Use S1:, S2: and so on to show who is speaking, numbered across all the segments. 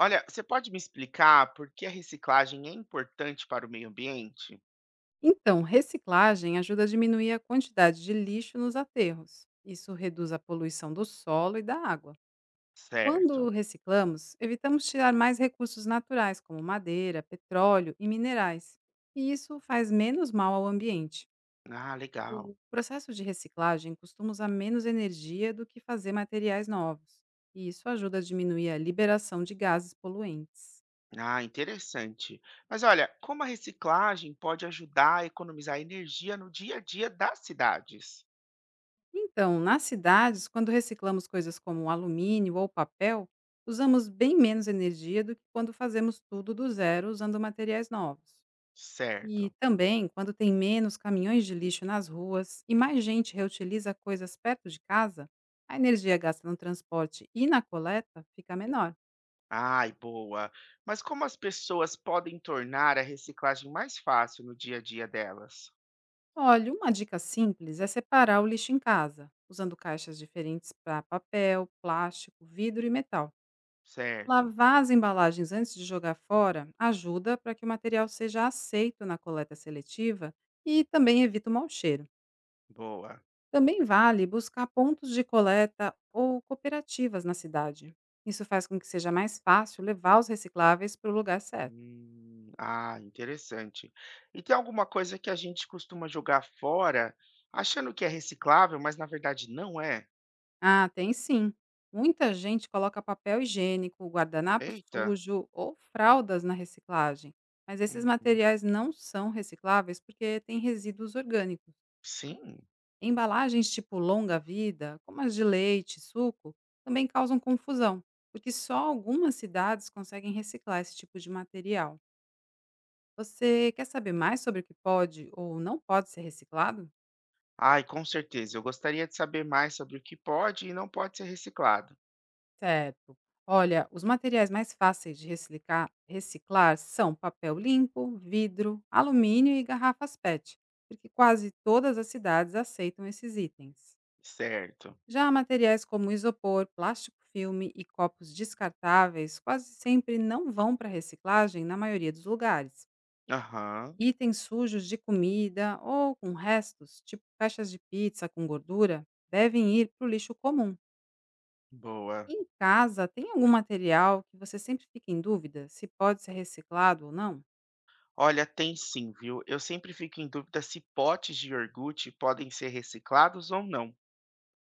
S1: Olha, você pode me explicar por que a reciclagem é importante para o meio ambiente?
S2: Então, reciclagem ajuda a diminuir a quantidade de lixo nos aterros. Isso reduz a poluição do solo e da água. Quando
S1: Certo.
S2: reciclamos, evitamos tirar mais recursos naturais, como madeira, petróleo e minerais. E isso faz menos mal ao ambiente.
S1: Ah, legal.
S2: O processo de reciclagem costuma usar menos energia do que fazer materiais novos. E isso ajuda a diminuir a liberação de gases poluentes.
S1: Ah, interessante. Mas olha, como a reciclagem pode ajudar a economizar energia no dia a dia das cidades?
S2: Então, nas cidades, quando reciclamos coisas como alumínio ou papel, usamos bem menos energia do que quando fazemos tudo do zero usando materiais novos. E
S1: Certo.
S2: também, quando tem menos caminhões de lixo nas ruas e mais gente reutiliza coisas perto de casa, a energia gasta no transporte e na coleta fica menor.
S1: Ai, boa. Mas como as pessoas podem tornar a reciclagem mais fácil no dia a dia delas?
S2: Olha, uma dica simples é separar o lixo em casa, usando caixas diferentes para papel, plástico, vidro e metal.
S1: Certo.
S2: Lavar as embalagens antes de jogar fora ajuda para que o material seja aceito na coleta seletiva e também evita o mau cheiro.
S1: Boa.
S2: Também vale buscar pontos de coleta ou cooperativas na cidade. Isso faz com que seja mais fácil levar os recicláveis para o lugar certo.
S1: Ah, interessante. E tem alguma coisa que a gente costuma jogar fora, achando que é reciclável, mas na verdade não é?
S2: Ah, tem sim. Muita gente coloca papel higiênico, guardanapo
S1: Eita.
S2: sujo ou fraldas na reciclagem, mas esses
S1: Uhum.
S2: materiais não são recicláveis porque têm resíduos orgânicos.
S1: Sim.
S2: Embalagens tipo longa-vida, como as de leite e suco, também causam confusão, porque só algumas cidades conseguem reciclar esse tipo de material. Você quer saber mais sobre o que pode ou não pode ser reciclado?
S1: Ai, com certeza. Eu gostaria de saber mais sobre o que pode e não pode ser reciclado.
S2: Certo. Olha, os materiais mais fáceis de reciclar são papel limpo, vidro, alumínio e garrafas PET, porque quase todas as cidades aceitam esses itens.
S1: Certo.
S2: Já materiais como isopor, plástico filme e copos descartáveis quase sempre não vão para reciclagem na maioria dos lugares.
S1: Aham,
S2: Itens sujos de comida ou com restos, tipo caixas de pizza com gordura, devem ir para o lixo comum.
S1: boa.
S2: Em casa, tem algum material que você sempre fica em dúvida se pode ser reciclado ou não?
S1: Olha, tem sim, viu? Eu sempre fico em dúvida se potes de iogurte podem ser reciclados ou não.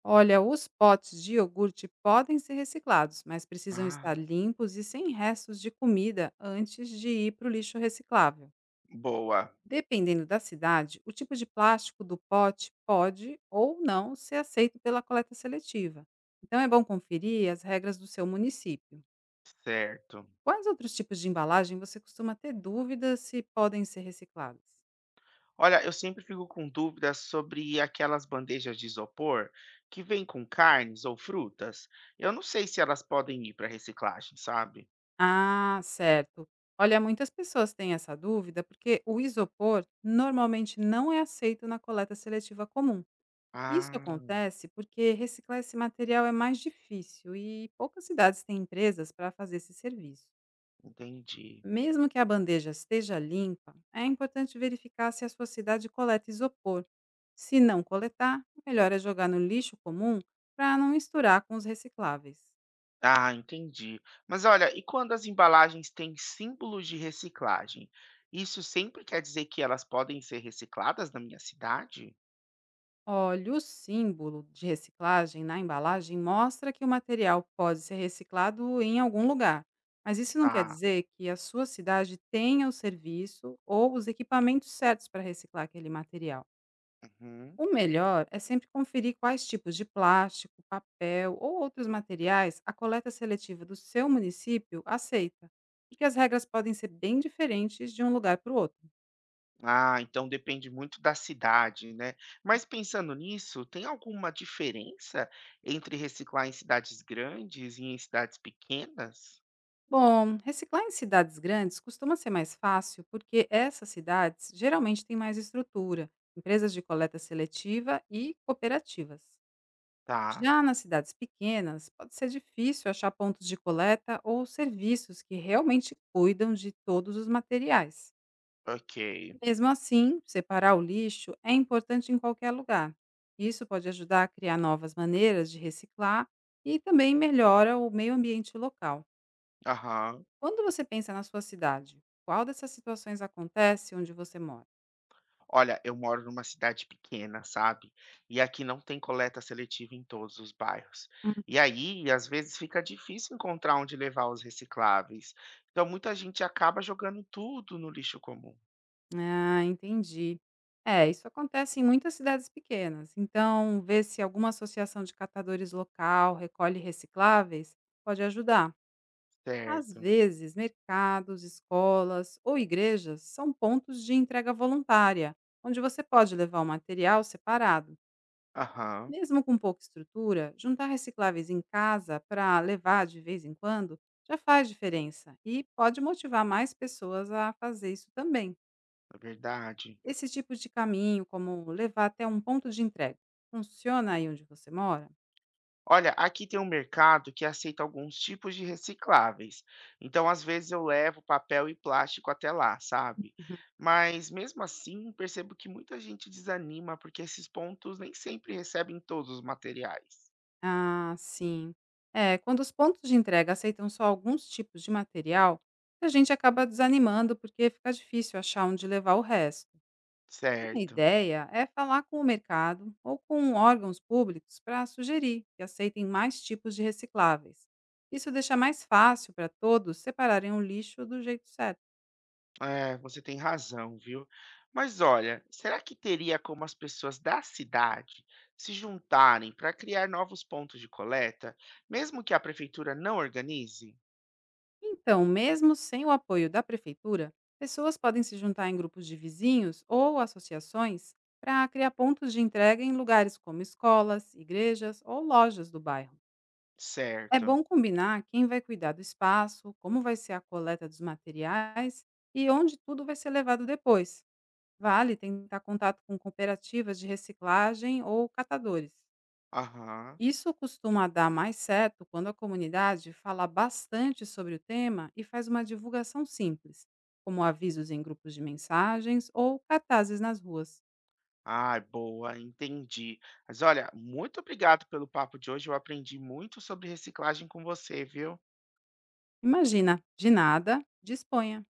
S2: Olha, os potes de iogurte podem ser reciclados, mas precisam
S1: Ah,
S2: estar limpos e sem restos de comida antes de ir para o lixo reciclável.
S1: boa.
S2: Dependendo da cidade, o tipo de plástico do pote pode ou não ser aceito pela coleta seletiva. Então é bom conferir as regras do seu município.
S1: Certo.
S2: Quais outros tipos de embalagem você costuma ter dúvidas se podem ser recicladas?
S1: Olha, eu sempre fico com dúvidas sobre aquelas bandejas de isopor que vêm com carnes ou frutas. Eu não sei se elas podem ir para reciclagem, sabe?
S2: Ah, certo. Olha, muitas pessoas têm essa dúvida porque o isopor normalmente não é aceito na coleta seletiva comum. Isso
S1: Ah,
S2: acontece porque reciclar esse material é mais difícil e poucas cidades têm empresas para fazer esse serviço.
S1: entendi.
S2: Mesmo que a bandeja esteja limpa, é importante verificar se a sua cidade coleta isopor. Se não coletar, melhor é jogar no lixo comum para não misturar com os recicláveis.
S1: Ah, entendi. Mas olha, e quando as embalagens têm símbolos de reciclagem? Isso sempre quer dizer que elas podem ser recicladas na minha cidade?
S2: Olha, o símbolo de reciclagem na embalagem mostra que o material pode ser reciclado em algum lugar, mas isso não quer
S1: Ah,
S2: dizer que a sua cidade tenha o serviço ou os equipamentos certos para reciclar aquele material.
S1: uhum.
S2: O melhor é sempre conferir quais tipos de plástico, papel ou outros materiais a coleta seletiva do seu município aceita, porque as regras podem ser bem diferentes de um lugar para o outro.
S1: Ah, então depende muito da cidade, né? Mas pensando nisso, tem alguma diferença entre reciclar em cidades grandes e em cidades pequenas?
S2: Bom, reciclar em cidades grandes costuma ser mais fácil porque essas cidades geralmente têm mais estrutura, empresas de coleta seletiva e cooperativas.
S1: Tá,
S2: Já nas cidades pequenas, pode ser difícil achar pontos de coleta ou serviços que realmente cuidam de todos os materiais.
S1: ok.
S2: Mesmo assim, separar o lixo é importante em qualquer lugar. Isso pode ajudar a criar novas maneiras de reciclar e também melhora o meio ambiente local.
S1: Aham.
S2: Quando você pensa na sua cidade, qual dessas situações acontece onde você mora?
S1: Olha, eu moro numa cidade pequena, sabe? E aqui não tem coleta seletiva em todos os bairros.
S2: Hum.
S1: E aí, às vezes, fica difícil encontrar onde levar os recicláveis. Então, muita gente acaba jogando tudo no lixo comum,
S2: Ah, entendi. É, isso acontece em muitas cidades pequenas. Então, ver se alguma associação de catadores local recolhe recicláveis pode ajudar. Às
S1: certo?
S2: vezes, mercados, escolas ou igrejas são pontos de entrega voluntária, onde você pode levar o material separado.
S1: Aham,
S2: Mesmo com pouca estrutura, juntar recicláveis em casa para levar de vez em quando já faz diferença e pode motivar mais pessoas a fazer isso também.
S1: é verdade.
S2: Esse tipo de caminho, como levar até um ponto de entrega, funciona aí onde você mora?
S1: Olha, aqui tem um mercado que aceita alguns tipos de recicláveis. Então, às vezes eu levo papel e plástico até lá, sabe? Mas mesmo assim, percebo que muita gente desanima porque esses pontos nem sempre recebem todos os materiais.
S2: Ah, sim. É, quando os pontos de entrega aceitam só alguns tipos de material, a gente acaba desanimando porque fica difícil achar onde levar o resto. Uma
S1: Certo.
S2: ideia é falar com o mercado ou com órgãos públicos para sugerir que aceitem mais tipos de recicláveis. Isso deixa mais fácil para todos separarem o lixo do jeito certo.
S1: É, você tem razão, viu? Mas olha, será que teria como as pessoas da cidade se juntarem para criar novos pontos de coleta, mesmo que a prefeitura não organize?
S2: Então, mesmo sem o apoio da prefeitura, pessoas podem se juntar em grupos de vizinhos ou associações para criar pontos de entrega em lugares como escolas, igrejas ou lojas do bairro. É
S1: Certo.
S2: bom combinar quem vai cuidar do espaço, como vai ser a coleta dos materiais e onde tudo vai ser levado depois. Vale tentar contato com cooperativas de reciclagem ou catadores.
S1: Aham.
S2: Isso costuma dar mais certo quando a comunidade fala bastante sobre o tema e faz uma divulgação simples, como avisos em grupos de mensagens ou cartazes nas ruas.
S1: Ah, boa, entendi. Mas olha, muito obrigado pelo papo de hoje. Eu aprendi muito sobre reciclagem com você, viu?
S2: Imagina, de nada, disponha.